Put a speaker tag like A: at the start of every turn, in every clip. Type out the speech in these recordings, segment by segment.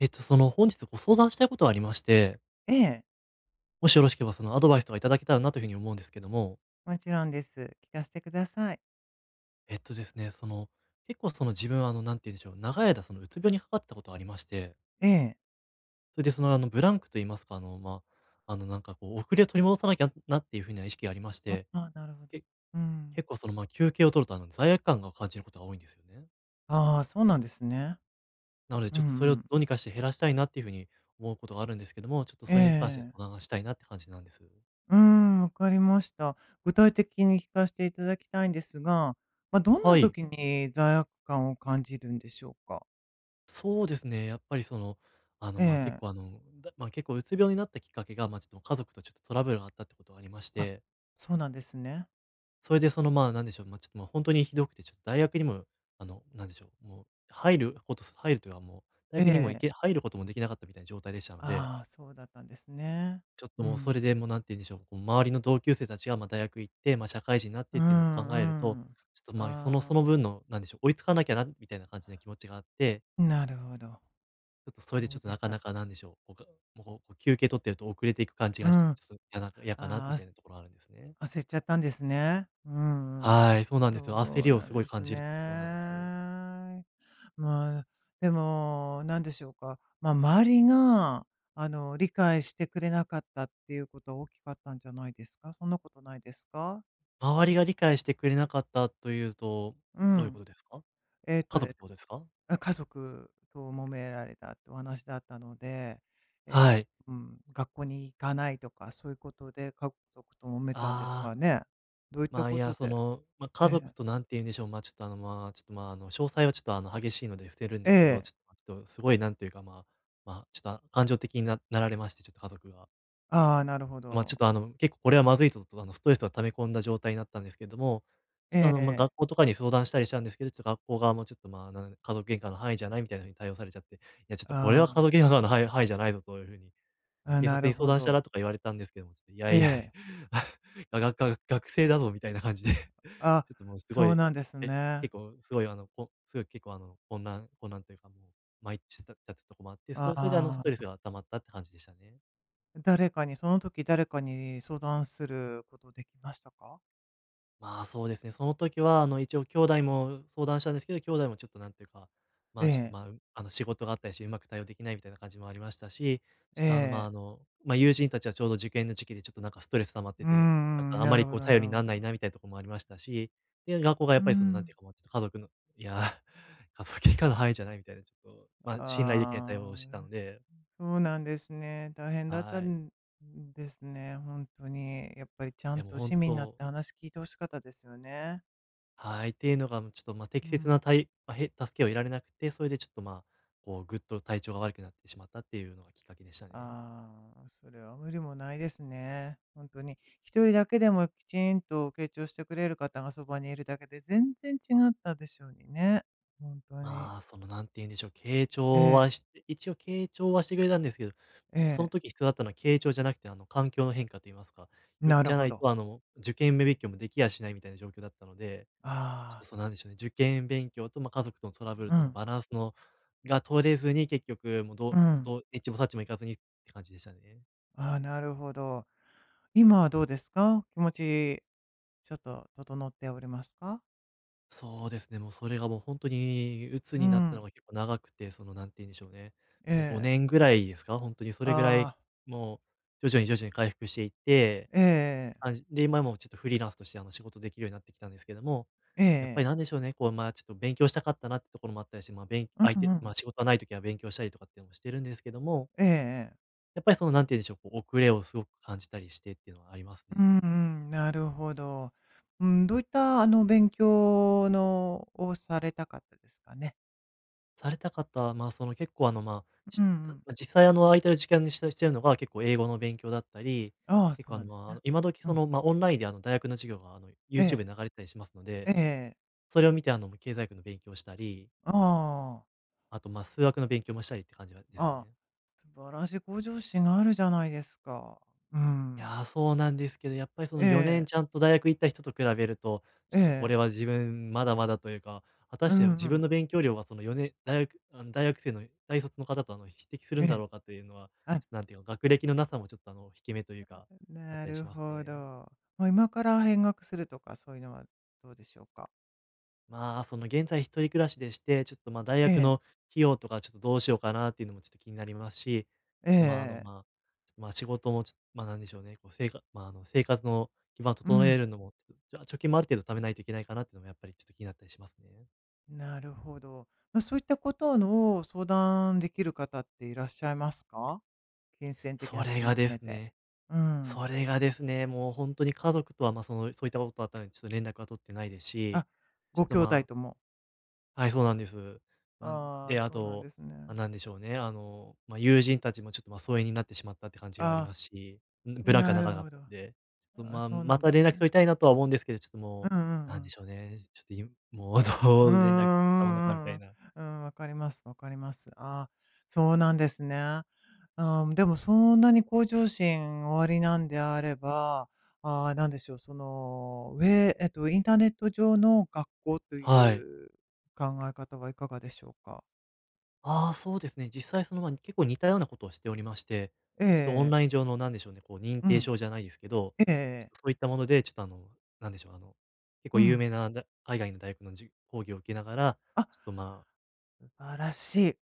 A: 本日ご相談したいことがありまして、
B: ええ、
A: もしよろしければそのアドバイスとかいただけたらなというふうに思うんですけども、
B: もちろんです。聞かせてください。
A: えっとですね、その、結構その自分、なんて言うんでしょう、長い間そのうつ病にかかってたことがありまして、
B: ええ。
A: それでその、ブランクと言いますか、なんかこう、遅れを取り戻さなきゃなっていうふうな意識がありまし
B: あ
A: て、
B: あ、なるほど。
A: け
B: うん。
A: 結構その、休憩を取ると、罪悪感が感じることが多いんですよね。
B: ああ、そうなんですね。
A: なので、
B: う
A: ちょっ
B: ん
A: とそれを
B: う
A: ど
B: ん。
A: うにかして減らしたいなっていうふうに思うことがあるんですけども、ちょっと
B: え
A: それに関して相
B: え。
A: 談がしたいなって感じなんです。
B: うーん、わかりました。具体的に聞かせていただきたいんですが、まあ、どん
A: は
B: な
A: い。
B: 時に罪悪感を感じるんでしょうか？
A: そうですね、やっぱりその、
B: え
A: 結構
B: え。
A: 結構うつ病になったきっかけが、ちょっと家族とちょっとトラブルがあったってことがありまし
B: あ、
A: て、
B: そうなんですね。
A: それでその、なんでしょう、ま、ちょっと、ま、ほにひどくて、ちょっと大学にも、なんでしょう、もう入るというか、もう大
B: え
A: 学にも
B: え。
A: 入ることもできなかったみたいな状態でしたので、
B: ああ、そうだったんですね。
A: ちょっと
B: う
A: もうそれ
B: ん。
A: でもう何て言うんでしょう、こう周りの同級生たちが、大学行って、社会人になって
B: う
A: っていうのを考
B: ん
A: えると、
B: うん。
A: ちょっと、その
B: あ
A: その分の、なんでしょう、追いつかなきゃなみたいな感じな気持ちがあって、
B: あ、なるほど。
A: ちょっとそれで
B: そ
A: ちょ
B: う
A: っと
B: で
A: な
B: し
A: か
B: た
A: なか
B: か。
A: なんでしょう、こうかもうこう休憩取ってると遅れていく感じ
B: う
A: がして、
B: ん。
A: ち
B: あ
A: ょっと嫌かなみ
B: あ、
A: たいなところあるんですね。
B: 焦っちゃったんですね。うん。
A: はい、そうなんですよ。焦
B: そう
A: りを
B: なん
A: すごい
B: で
A: 感
B: す
A: じるってところなんです。
B: ね。まあ、でも、なんでしょうか。まあ、周りが、理解してくれなかったっていうことは大きかったんじゃないですか？そんなことないですか？
A: 周りが理解してくれなかったというと、
B: う
A: どういう
B: ん。
A: ことですか？
B: えっ
A: 家
B: と
A: 族
B: で
A: ってことですか？
B: あ、家族と揉められたってお話だったので、え、
A: はい。
B: うん、学校に行かないとか、そういうことで家族と揉めたんです
A: あ
B: か
A: あ、
B: ね？どういった
A: い
B: こ
A: や、
B: と
A: そ
B: で？
A: の、家
B: え
A: 族と
B: え。
A: なんて言うんでしょう、ま、ちょっと、あの、まあ、ちょっと、まあ、あの、詳細はちょっと、激しいので伏せるんで
B: え
A: すけど、
B: え。
A: ちょっとすごいなんていうか、まあまあ、ちょっと、あ、感情的にられまして、ちょっと家族が。
B: ああ、なるほ
A: まあ、ちょっ
B: ど。
A: と、あの、結構これはまずいぞと、ストレスを溜め込んだ状態になったんですけれども、ち
B: え
A: ょっと、
B: え
A: あの、まあ、
B: ええ。
A: 学校とかに相談したりしたんですけど、ちょっと学校側もちょっと、「家族喧嘩の範囲じゃない」みたいな風に対応されちゃって、「いや、ちょっとこれは家
B: ああ、
A: 族喧嘩の範囲じゃないぞ」という風に、
B: あ、
A: 「警
B: な
A: 察
B: る
A: に相
B: ほ
A: 談した
B: ど。
A: ら」とか言われたんですけども、ちょっと、「いや
B: え
A: いや、
B: え。
A: ががが学生だぞ」みたいな感じで、ち
B: あ、
A: ょっともうすご
B: そう
A: い、
B: なんです
A: え、
B: ね。
A: 結構すごい、すごい結構、混乱というか、もう、参っちゃってたとこもあって、それで、ス
B: あ
A: トレ
B: あ、
A: スが溜まったって感じでしたね。
B: 誰かに、その時誰かに相談することできましたか？
A: そうですね。その時は、一応兄弟も相談したんですけど、兄弟もちょっとなんていうか、ま
B: え
A: あ、ちょっと、
B: え、
A: まあ、う仕事があったりして、うまく対応できないみたいな感じもありましたし、ちょ
B: え
A: っと、あの、まあ、
B: え。
A: あの、ま、友人たちはちょうど受験の時期でちょっとなんかストレス溜まって
B: う
A: て、なん
B: んうん、
A: かあ
B: な
A: ま
B: る
A: り
B: ほ
A: こう
B: どな
A: 頼
B: る
A: りにな
B: ほ
A: らない
B: ど。
A: なみたいなところもありましたし、で、学校がや
B: う
A: っぱりその、なん
B: ん。
A: ていうか、もうちょっと家族のいや、家族以下の範囲じゃないみたいな、ちょっと、まあ、信頼できない対応
B: あ
A: をしてたの
B: あ、
A: で、
B: そうなんですね。大変だった
A: はい。
B: んですね、本当に。やっぱりちゃ
A: い
B: ん
A: や、もう
B: と
A: 本
B: 市民になっ
A: 当
B: て話聞いて欲しかったですよね。
A: はい。っていうのが、ちょっと、まあ、
B: う
A: 適切な
B: ん。
A: 体へ助けを得られなくて、それでちょっと、こう、ぐっと体調が悪くなってしまったっていうのがきっかけでしたね。
B: ああ、それは無理もないですね。本当に。一人だけでもきちんと傾聴してくれる方がそばにいるだけで全然違ったでしょうにね。本当に。
A: なんて言うんでしょう、傾
B: え
A: 聴
B: え、
A: はし一応傾聴はしてくれたんですけど、
B: え
A: その
B: え。
A: 時必要だったのは傾聴じゃなくて、環境の変化と言いますか、
B: なる
A: じゃな
B: ほ
A: い
B: ど。
A: と、受験勉強もできやしないみたいな状況だったので、ちょっと、
B: あ
A: そうなんでしょうね、受験勉強と、家族とのトラブル
B: あ、
A: と
B: う
A: の
B: ん、
A: バランスの取れずに、結局もうど
B: う
A: う
B: ん。
A: どうエッチもサッチもいかずにって感じでしたね。
B: ああ、なるほど。今はどうですか？気持ち、ちょっと整っておりますか？
A: そうですね、もうそれがもう本当に鬱
B: う
A: になったの
B: ん。
A: が結構長くて、その何て言うんでしょうね、
B: え
A: もう
B: え。
A: 5年ぐらいですか、本当にそれぐらい、
B: ああ、
A: もう徐々に回復していって、
B: ええええ。
A: で、今もちょっとフリーランスとして仕事できるようになってきたんですけども、
B: ええ
A: やっぱり
B: え
A: なん
B: え。
A: でしょうね、こう、ちょっと勉強したかったなってところもあったりして、ま、あん相
B: うんう
A: 手
B: ん。
A: 仕事がない時は勉強したりとかっていうのもしてるんですけども、
B: ええええ。
A: やっぱりその何て言うんでしょう、こう遅れをすごく感じたりしてっていうのはあります
B: う
A: ね。
B: んうん、なるほど。うん、どういったあの勉強のをされたかったですかね？
A: された方、まあ、その、結構、あの、まあ、
B: う
A: し
B: んうん。
A: 実際、空いてる時間にしてるのが、結構英語の勉強だったり、
B: ああ、
A: 結
B: そう
A: 構、
B: なんですね。
A: 今時、
B: うん。
A: オンラインで、大学の授業が、
B: え
A: YouTube
B: え、
A: で流れてたりしますの
B: え
A: で、
B: え。
A: それを見て、経済学の勉強をしたり、
B: ああ、
A: あと、数学の勉強もしたりって感じはです
B: ああ。
A: ね。
B: 素晴らしい向上心があるじゃないですか。う
A: い
B: ん。
A: やー、そうなんですけど、やっぱりその
B: え
A: 4年
B: え、
A: ちゃんと大学行った人と比べると、ち
B: え
A: ょっとこ
B: え。
A: れは自分まだまだというか、果た
B: う
A: して
B: んう
A: 自分
B: ん。
A: の勉強量はその4年大学大学生の大卒の方と匹敵する
B: え
A: んだ
B: え。
A: ろうかというのは、
B: あ、
A: ちょっとなんていうか、学歴のなさもちょっと引け目というか、あっ
B: な
A: たりし
B: る
A: ます
B: ほ
A: ね。
B: ど。まあ、今から見学するとかそういうのはどうでしょうか？
A: その現在一人暮らしでして、ちょっとまあ大
B: え
A: 学の
B: え、
A: 費用とかちょっとどうしようかなっていうのもちょっと気になりますし、
B: ええ。
A: ちょっとまあ仕事もちょっと、まあなんでしょうね、こう生活、まあ生活の基盤を
B: う
A: 整え
B: ん。
A: るのも、ちょっと、貯金もある程度貯めないといけないかなっていうのもやっぱりちょっと気になったりしますね。
B: なるほど。まあ、そういったことの相談できる方っていらっしゃいますか？金銭的
A: そ
B: なこ
A: れ
B: とも
A: がで
B: 含め
A: す
B: て。
A: ね、
B: うん。
A: それがですね、もう本当に家族とはまあその、そういったことあったので、ちょっと連絡は取ってないですし、
B: あ、
A: ちょっ
B: ご
A: と
B: 兄弟
A: まあ、
B: とも。
A: はい、そうなんです。まあ、
B: ああ、
A: で、あ
B: そうなんで
A: と、
B: すね。
A: ま、なんでしょうね、あの、まあ、友人たちもちょっと、まあ、疎遠になってしまったって感じがあり
B: ああ、
A: ますし、ブランクが
B: なる
A: 長かっ
B: ほど。
A: たの
B: あ
A: で、ちょっと、
B: あ、
A: まあ、
B: そうな
A: ま
B: ん
A: た
B: です
A: 連絡取
B: ね。
A: りたいなとは思うんですけど、ちょっと
B: うん
A: も
B: う
A: う、
B: ん
A: な
B: う
A: んで
B: ん。
A: しょうね、ちょっといもう
B: うー
A: どう連絡取ったものかみた
B: ん、うんう
A: い
B: ん。
A: な。
B: うん、わかりますわかります。ああ、そうなんですね。ああ、でもそんなに向上心おありなんであれば、なんでしょう、その、上えっと、インターネット上の学校と
A: はい。
B: いう考え方はいかがでしょうか？
A: ああ、そうですね。実際、結構似たようなことをしておりまして、ちょっとオン
B: ええ。
A: ライン上のなんでしょうね、こう認
B: う
A: 定
B: ん。
A: 証じゃないですけど、
B: ええ
A: ちょっ
B: え。
A: とそういったもので、ちょっとあの、なんでしょう、あの、結
B: う
A: 構有
B: ん。
A: 名な海外の大学の講義を受けながら、
B: あ、
A: ちょっとま
B: 素晴らしい。素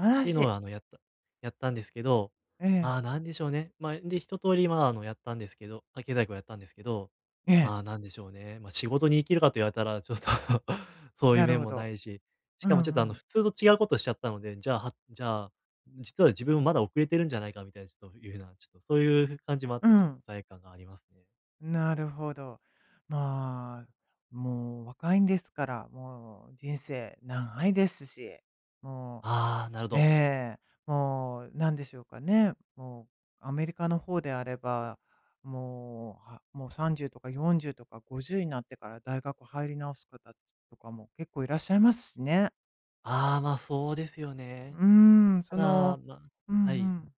B: 晴ら
A: ていう
B: し
A: の
B: い。
A: をあの、やった。やったんですけど、
B: え
A: まあ、
B: え。
A: なんでしょうね。まあ、で、一通りまあ、あの、やったんですけど、経済学やったんですけど、
B: ええ。
A: まあ、なんでしょうね。ま、仕事に生きるかと言われたら、ちょっと そうい
B: な
A: う
B: る
A: 面
B: ほ
A: もな
B: ど。
A: いし、し
B: う
A: かもちょっと、あ
B: んう
A: の、
B: ん。
A: 普通と違うことしちゃったので、じゃあ、はじゃあ、実は自分もまだ遅れてるんじゃないかみたいな、ちょっというような、ちょっとそういう感じもあっ
B: う
A: て、ちょっと
B: ん。
A: 罪悪感がありますね。
B: なるほど。まあ、もう若いんですから、もう人生長いですし、も
A: ああ、なるほ
B: う、え
A: ど。
B: え、もうなんでしょうかね、もうアメリカの方であれば、もう30とか40とか50になってから大学入り直す方とかも結構いらっしゃいますしね。
A: ああ、まあ、そうですよ
B: う
A: ね。
B: ーん、そ
A: ただ、
B: の、
A: まあ、
B: うんう
A: はい。
B: ん。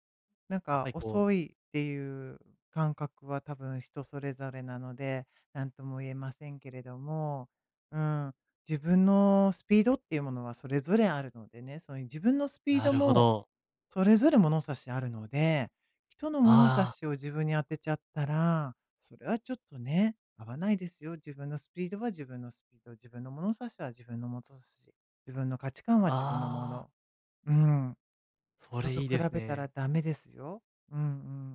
B: なん
A: やっ
B: か
A: ぱりこう、
B: 遅いっていう感覚は多分人それぞれなので、なんとも言えませんけれども、うん、自分のスピードっていうものはそれぞれあるのでね、そういう自分のスピー
A: な
B: ド
A: るほ
B: も
A: ど、
B: それぞれ物差しあるので、人の物差
A: ああ、
B: しを自分に当てちゃったら、それはちょっとね、合わないですよ。自分のスピードは自分のスピード、自分の物差しは自分の物差し、自分の価値観は自分のも
A: ああ、
B: の。うん。
A: そ
B: 人
A: れ
B: と
A: いい
B: 比
A: です
B: べたら
A: ね。
B: ダメですよ。うん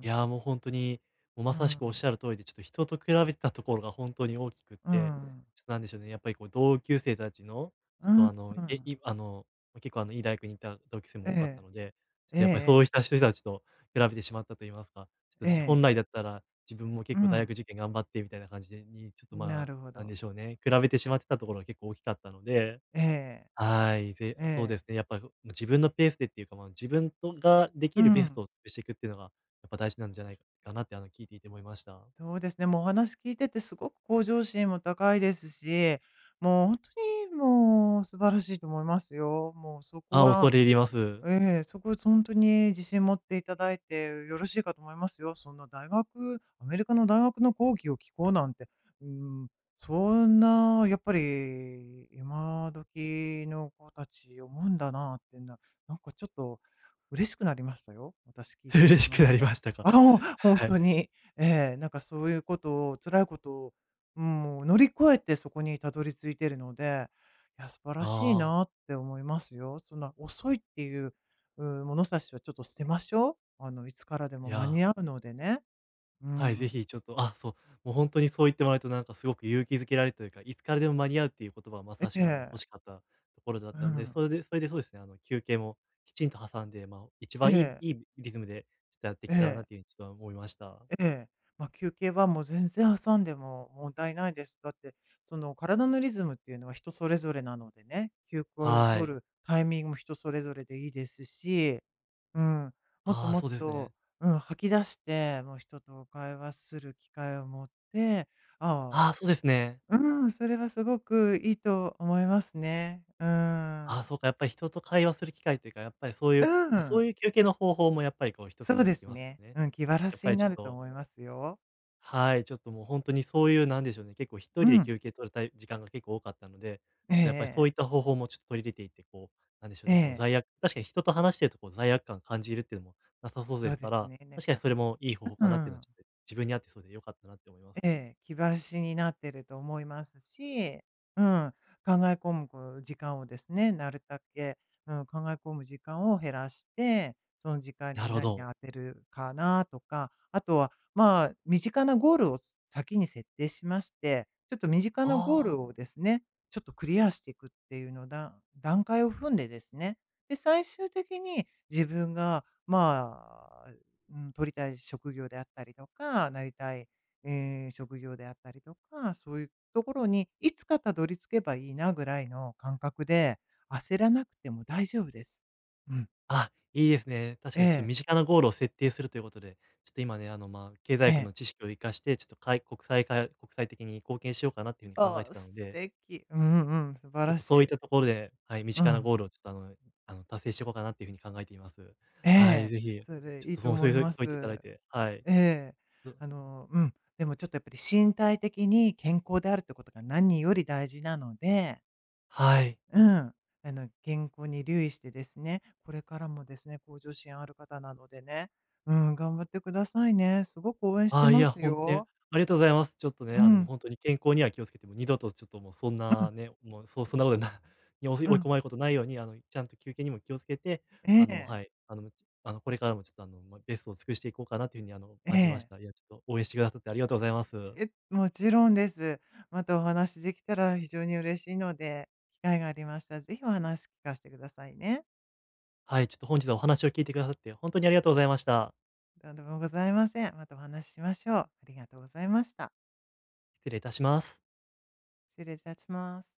B: う
A: い
B: ん。
A: や、もう本当に、もうま
B: う
A: さし
B: ん。
A: くおっしゃる通りで、ちょっと人と比べてたところが本当に大きくっ
B: う
A: て、
B: ん。
A: ちょっとなんでしょうね、やっぱりこう同級生たちの、ちょっとあの、
B: う
A: え、
B: ん。
A: いあの、結構いい大学に行った同級生
B: え
A: も多かった
B: え。
A: ので、ちょっ
B: ええ
A: とやっぱりそ
B: え
A: う
B: え。
A: した人たちと比べてしまったと言いますか、ちょっ
B: え
A: とじ本
B: え。
A: 来だったら、自分も
B: う
A: 結構大学
B: ん。
A: 受験頑張ってみたいな感じでに、ちょっと
B: な
A: ま
B: るほ
A: あ、なん
B: ど。
A: でしょうね、比べてしまってたところが結構大きかったので、
B: ええ。
A: はい、
B: え
A: そうで
B: え。
A: すね、やっぱ自分のペースでっていうか、まあ、自分がで
B: う
A: きるベスト
B: ん。
A: を尽くしていくっていうのが、やっぱ大事なんじゃないかなって、あの、聞いていて思いました。
B: そうですね、もうお話聞いててすごく向上心も高いですし、もう本当にもう素晴らしいと思いますよ。もうそこ
A: あ、恐
B: は、
A: れ入ります。
B: ええ、そこ本当に自信持っていただいてよろしいかと思いますよ。そんな大学アメリカの大学の講義を聞こうなんて、うん、そんなやっぱり今時の子たち思うんだなってなんかちょっと嬉しくなりましたよ。私聞い てお
A: 嬉
B: り
A: し
B: ま
A: く
B: し
A: なり
B: て。
A: ましたか。
B: あ、もう
A: はい。
B: ほに、ええ、なんかそういうことを辛いことを、うん、もう乗り越えてそこにたどり着いているので、いや、素晴らしい
A: ああ、
B: なって思いますよ。そんな遅いっていう物差しはちょっと捨てましょう。あの、いつからで
A: い
B: も間に
A: や、
B: 合うのでね。う
A: はい、ぜ
B: ん。
A: ひちょっと、あ、そう、もう本当にそう言ってもらえると、なんかすごく勇気づけられるというか、いつからでも間に合うっていう言葉はまさし
B: え
A: くあの、
B: え、
A: 欲しかったところだっ
B: う
A: たので、
B: ん。
A: そうですね、あの、休憩もきちんと挟んで、まあ、一
B: え
A: 番
B: え、
A: いいリズムでちょっとやってい
B: え
A: けたらな
B: え、
A: っていうふうにちょっと思いました。
B: ええ。まあ、休憩はもう全然挟んでも問題ないです。だって、その、体のリズムっていうのは人それぞれなのでね、休校を
A: は
B: 取
A: い。
B: るタイミングも人それぞれでいいですし、うん、もっと
A: ああ、
B: もっ
A: そうです
B: と、
A: ね。
B: うん、吐き出して、もう人と会話する機会を持って、ああ。
A: ああ、そうですね。
B: うん、それはすごくいいと思いますね。う
A: ああ、
B: ーん。
A: そうか、やっぱり人と会話する機会というか、やっぱりそうい
B: う
A: う、ま、そ
B: ん、
A: ういう休憩の方法もやっぱりこう一つ
B: そ
A: に
B: う
A: なっ
B: で
A: てき
B: す
A: ますよ
B: ね。
A: ね。
B: うん、気晴ら
A: やっ
B: し
A: ぱ
B: に
A: りちょ
B: な
A: っ
B: ると
A: と、
B: 思いますよ。
A: はい、ちょっともうほんとにそういう、なんでしょうね、結構一
B: う
A: 人で
B: ん。
A: 休憩取る時間が結構多かったので、
B: え
A: ちょっとやっぱりそ
B: え。
A: ういった方法もちょっと取り入れていって、こう、なんでしょう
B: え
A: ね、こう
B: え。
A: 罪悪確かに人と話してるとこう罪悪感感じるっていうのもなさそう
B: そ
A: で
B: う
A: す
B: で
A: か
B: す
A: ら、
B: ね。なん
A: 確かに
B: か、
A: それもいい方法
B: う
A: かなっていうのは、
B: ん。
A: ちょっと自分に合ってそうで良かったなって思います。
B: ええ、気晴らしになってると思いますし、うん、考え込むこう時間をですね、なるだけ、うん、考え込む時間を減らして、その時間
A: な
B: に
A: るほ
B: 何当
A: ど。
B: てるかなとか、あとは、まあ、身近なゴールを先に設定しまして、ちょっと身近なゴー
A: ああ。
B: ルをですね、ちょっとクリアしていくっていうのだ段階を踏んでですね、で、最終的に自分が、まあ、うん、取りたい職業であったりとか、なりたい職業であったりとか、そういうところにいつかたどり着けばいいなぐらいの感覚で、焦らなくても大丈夫です。うん。
A: あ、いいですね。確
B: え
A: かにちょっと
B: え、
A: 身近なゴールを設定するということで、ちょっと今ね、あの、まあ、経
B: え
A: 済学
B: え。
A: の知識を活かして、ちょっとかい国際か国際的に貢献しようかなっていうふうに考え
B: あ
A: て
B: あ、
A: たの
B: 素
A: で、
B: 敵。うんうん、素晴
A: ちょっ
B: ら
A: と
B: し
A: そうい
B: い。
A: ったところで、はい、身
B: う
A: 近な
B: ん。
A: ゴールをちょっとあのあの、達成していこうかなっていうふうに考えています。
B: え
A: はい、
B: え、
A: ぜひ、
B: それ
A: ちょっ
B: いい
A: と
B: と
A: そうそ
B: 思
A: う
B: い
A: そう
B: ま
A: 言っていただ
B: す。
A: いて、はい。
B: ええ。
A: ず
B: あの、うん、でもちょっとやっぱり身体的に健康であるってことが何より大事なので、
A: はい。
B: うん。あの、健康に留意してですね、これからもですね、向上心ある方なのでね、うん、頑張ってくださいね。すごく応援し
A: あ
B: て
A: あ、い
B: ま
A: や、
B: す
A: ほんとに、あ
B: よ。
A: りがとうございます。ちょっとね、
B: う
A: あの、もう
B: ん、
A: ほんとに健康には気をつけて、もう二度とちょっともうそん
B: うん、
A: なね、もう、そそんなことな
B: う
A: 追い
B: ん。
A: 込まれることないように、あの、ちゃんと休憩にも気をつけて、
B: え
A: あの、
B: え、
A: はい、あの、これからも、ちょっと、あ、の、ま、ベストを尽くしていこうかなという風にあの、
B: え
A: 感じまし
B: え。
A: た。いや、ちょっと応援してくださってありがとうございます。
B: え、もちろんです。またお話できたら非常に嬉しいので、機会がありましたら、ぜひお話聞かせてくださいね。
A: はい、ちょっと本日はお話を聞いてくださって、ほんとにありがとうございました。
B: どうでもございません。またお話ししましょう。ありがとうございました。
A: 失礼いたします。
B: 失礼いたします。